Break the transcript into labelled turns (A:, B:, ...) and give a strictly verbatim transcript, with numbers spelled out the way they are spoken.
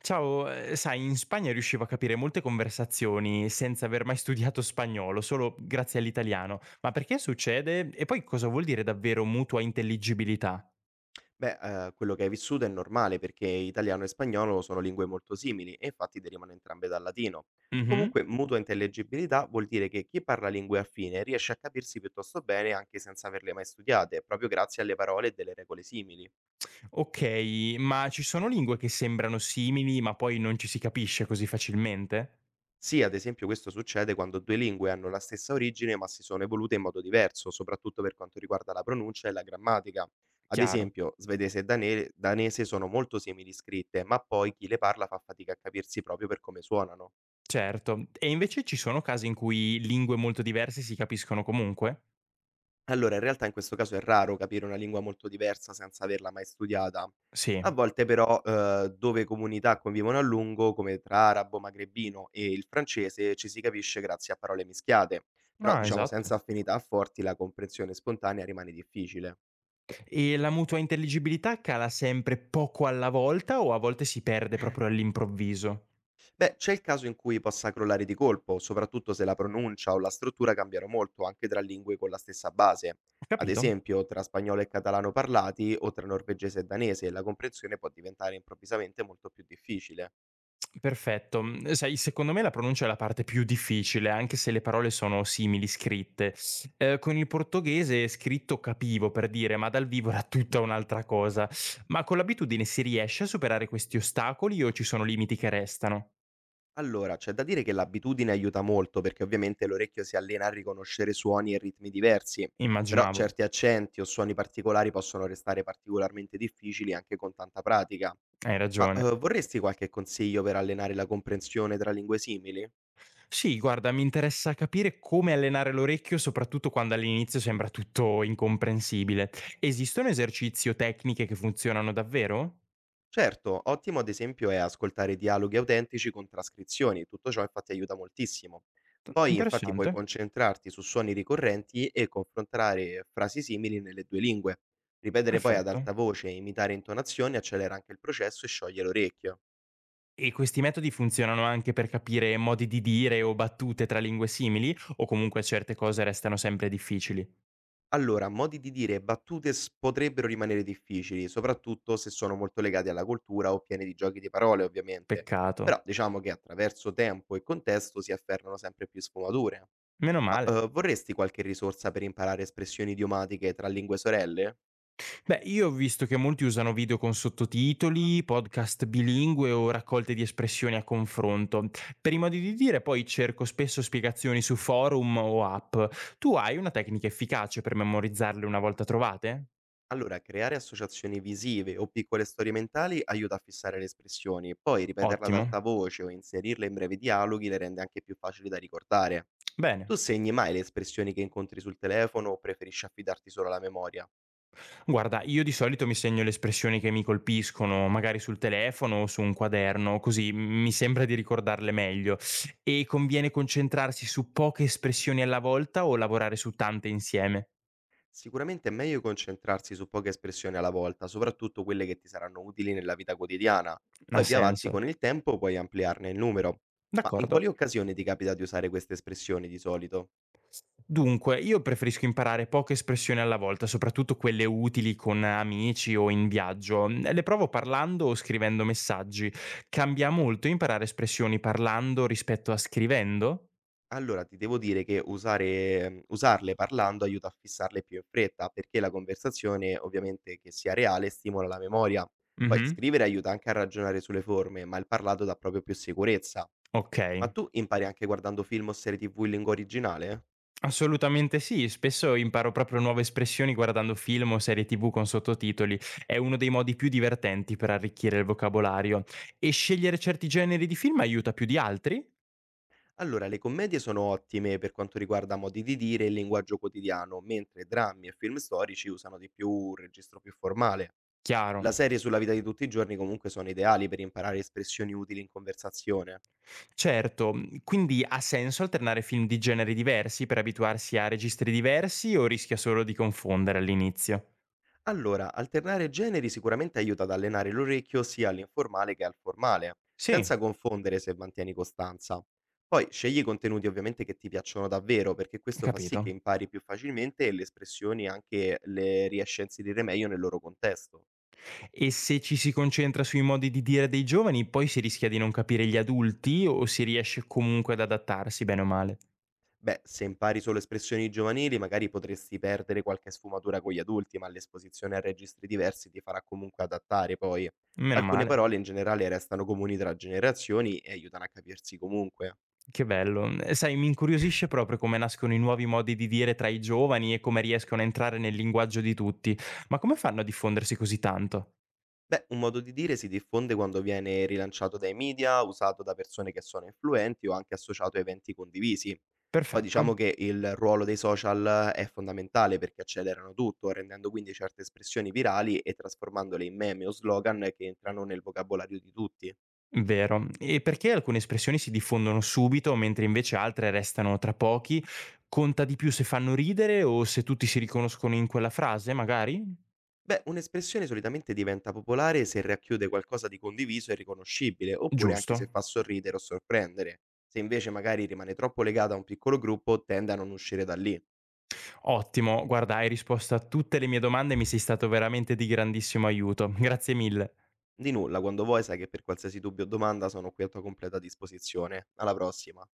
A: Ciao, ehm, sai in Spagna riuscivo a capire molte conversazioni senza aver mai studiato spagnolo, solo grazie all'italiano. Ma perché succede? E poi cosa vuol dire davvero mutua intelligibilità?
B: Beh, ehm, quello che hai vissuto è normale perché italiano e spagnolo sono lingue molto simili e infatti derivano entrambe dal latino.
A: Mh-mh.
B: Comunque, mutua intellegibilità vuol dire che chi parla lingue affine riesce a capirsi piuttosto bene anche senza averle mai studiate, proprio grazie alle parole e delle regole simili.
A: Okay, ma ci sono lingue che sembrano simili, ma poi non ci si capisce così facilmente?
B: Sì, ad esempio questo succede quando due lingue hanno la stessa origine ma si sono evolute in modo diverso, soprattutto per quanto riguarda la pronuncia e la grammatica. Ad
A: Chiaro,
B: esempio, svedese e dane- danese sono molto simili scritte, ma poi chi le parla fa fatica a capirsi proprio per come suonano.
A: certo. E invece ci sono casi in cui lingue molto diverse si capiscono comunque?
B: Allora, in realtà in questo caso è raro capire una lingua molto diversa senza averla mai studiata. A
A: Sì.
B: volte però, ehm, dove comunità convivono a lungo, come tra arabo, magrebino e il francese, ci si capisce grazie a parole mischiate, però
A: Ah,
B: diciamo senza
A: esatto.
B: affinità forti la comprensione spontanea rimane difficile.
A: E la mutua intelligibilità cala sempre poco alla volta o a volte si perde proprio all'improvviso?
B: Beh, c'è il caso in cui possa crollare di colpo, soprattutto se la pronuncia o la struttura cambiano molto anche tra lingue con la stessa base.
A: Ho
B: Ad
A: capito?
B: esempio, tra spagnolo e catalano parlati o tra norvegese e danese, la comprensione può diventare improvvisamente molto più difficile.
A: Perfetto. Mm, sai, secondo me la pronuncia è la parte più difficile, anche se le parole sono simili scritte. Eh, con il portoghese scritto capivo per dire, ma dal vivo era tutta un'altra cosa. Ma con l'abitudine si riesce a superare questi ostacoli o ci sono limiti che restano?
B: Allora, c'è da dire che l'abitudine aiuta molto perché ovviamente l'orecchio si allena a riconoscere suoni e ritmi diversi, però
A: Immaginavo.
B: certi accenti o suoni particolari possono restare particolarmente difficili anche con tanta pratica.
A: Hai
B: Ma eh,
A: ragione.
B: vorresti qualche consiglio per allenare la comprensione tra lingue simili?
A: Sì, guarda, mi interessa capire come allenare l'orecchio, soprattutto quando all'inizio sembra tutto incomprensibile. Esistono esercizi o tecniche che funzionano davvero?
B: Certo, ottimo ad esempio è ascoltare dialoghi autentici con trascrizioni, tutto ciò infatti aiuta moltissimo.
A: T-
B: Poi infatti puoi
A: Interessante,
B: concentrarti su suoni ricorrenti e confrontare frasi simili nelle due lingue. Ripetere poi ad
A: perfetto.
B: alta voce e imitare intonazioni accelera anche il processo e scioglie l'orecchio.
A: E questi metodi funzionano anche per capire modi di dire o battute tra lingue simili, o comunque certe cose restano sempre difficili?
B: Allora, modi di dire e battute s- potrebbero rimanere difficili, soprattutto se sono molto legati alla cultura o pieni di giochi di parole, ovviamente.
A: Peccato.
B: Però diciamo che attraverso tempo e contesto si affermano sempre più sfumature.
A: Meno
B: Ma,
A: male.
B: uhm, vorresti qualche risorsa per imparare espressioni idiomatiche tra lingue sorelle?
A: Beh, io ho visto che molti usano video con sottotitoli, podcast bilingue o raccolte di espressioni a confronto. Per i modi di dire, poi cerco spesso spiegazioni su forum o app. Tu hai una tecnica efficace per memorizzarle una volta trovate?
B: Allora, creare associazioni visive o piccole storie mentali aiuta a fissare le espressioni, poi ripeterle ad
A: Ottimo.
B: alta voce o inserirle in brevi dialoghi le rende anche più facili da ricordare.
A: Bene.
B: Tu segni mai le espressioni che incontri sul telefono o preferisci affidarti solo alla memoria?
A: Guarda, io di solito mi segno le espressioni che mi colpiscono, magari sul telefono o su un quaderno, così mi sembra di ricordarle meglio. E conviene concentrarsi su poche espressioni alla volta o lavorare su tante insieme?
B: Sicuramente è meglio concentrarsi su poche espressioni alla volta, soprattutto quelle che ti saranno utili nella vita quotidiana.
A: Ha
B: Poi più avanti
A: senso.
B: con il tempo puoi ampliarne il numero. Ma in
A: D'accordo.
B: quali occasioni ti capita di usare queste espressioni di solito?
A: Dunque, io preferisco imparare poche espressioni alla volta, soprattutto quelle utili con amici o in viaggio. Le provo parlando o scrivendo messaggi. Cambia molto imparare espressioni parlando rispetto a scrivendo?
B: Allora ti devo dire che usare, ehm, usarle parlando aiuta a fissarle più in fretta, perché la conversazione ovviamente che sia reale stimola la memoria. Poi
A: Mhm.
B: scrivere aiuta anche a ragionare sulle forme, ma il parlato dà proprio più sicurezza.
A: Ok.
B: Ma tu impari anche guardando film o serie tv in lingua originale?
A: Assolutamente sì, spesso imparo proprio nuove espressioni guardando film o serie tv con sottotitoli, è uno dei modi più divertenti per arricchire il vocabolario. E scegliere certi generi di film aiuta più di altri?
B: Allora, le commedie sono ottime per quanto riguarda modi di dire e linguaggio quotidiano, mentre drammi e film storici usano di più un registro più formale.
A: Chiaro.
B: La serie sulla vita di tutti i giorni comunque sono ideali per imparare espressioni utili in conversazione.
A: Certo, quindi ha senso alternare film di generi diversi per abituarsi a registri diversi o rischia solo di confondere all'inizio?
B: Allora, alternare generi sicuramente aiuta ad allenare l'orecchio sia all'informale che al formale, senza
A: Sì,
B: confondere se mantieni costanza. Poi scegli contenuti ovviamente che ti piacciono davvero, perché questo fa sì che
A: capito.
B: impari più facilmente e le espressioni anche le riesci a inserire meglio nel loro contesto.
A: E se ci si concentra sui modi di dire dei giovani, poi si rischia di non capire gli adulti o si riesce comunque ad adattarsi bene o male?
B: Beh, se impari solo espressioni giovanili, magari potresti perdere qualche sfumatura con gli adulti, ma l'esposizione a registri diversi ti farà comunque adattare poi.
A: Meno
B: Alcune
A: male.
B: parole in generale restano comuni tra generazioni e aiutano a capirsi comunque.
A: Che bello. Eh, Sai, mi incuriosisce proprio come nascono i nuovi modi di dire tra i giovani e come riescono a entrare nel linguaggio di tutti. Ma come fanno a diffondersi così tanto?
B: Beh, un modo di dire si diffonde quando viene rilanciato dai media, usato da persone che sono influenti o anche associato a eventi condivisi. Poi
A: Perfetto.
B: diciamo che il ruolo dei social è fondamentale perché accelerano tutto, rendendo quindi certe espressioni virali e trasformandole in meme o slogan che entrano nel vocabolario di tutti.
A: Vero. E perché alcune espressioni si diffondono subito, mentre invece altre restano tra pochi? Conta di più se fanno ridere o se tutti si riconoscono in quella frase, magari?
B: Beh, un'espressione solitamente diventa popolare se racchiude qualcosa di condiviso e riconoscibile, oppure anche
A: Giusto.
B: se fa sorridere o sorprendere. Se invece magari rimane troppo legata a un piccolo gruppo, tende a non uscire da lì.
A: Ottimo, guarda, hai risposto a tutte le mie domande e mi sei stato veramente di grandissimo aiuto. Grazie mille.
B: Di nulla, quando vuoi sai che per qualsiasi dubbio o domanda sono qui a tua completa disposizione. Alla prossima.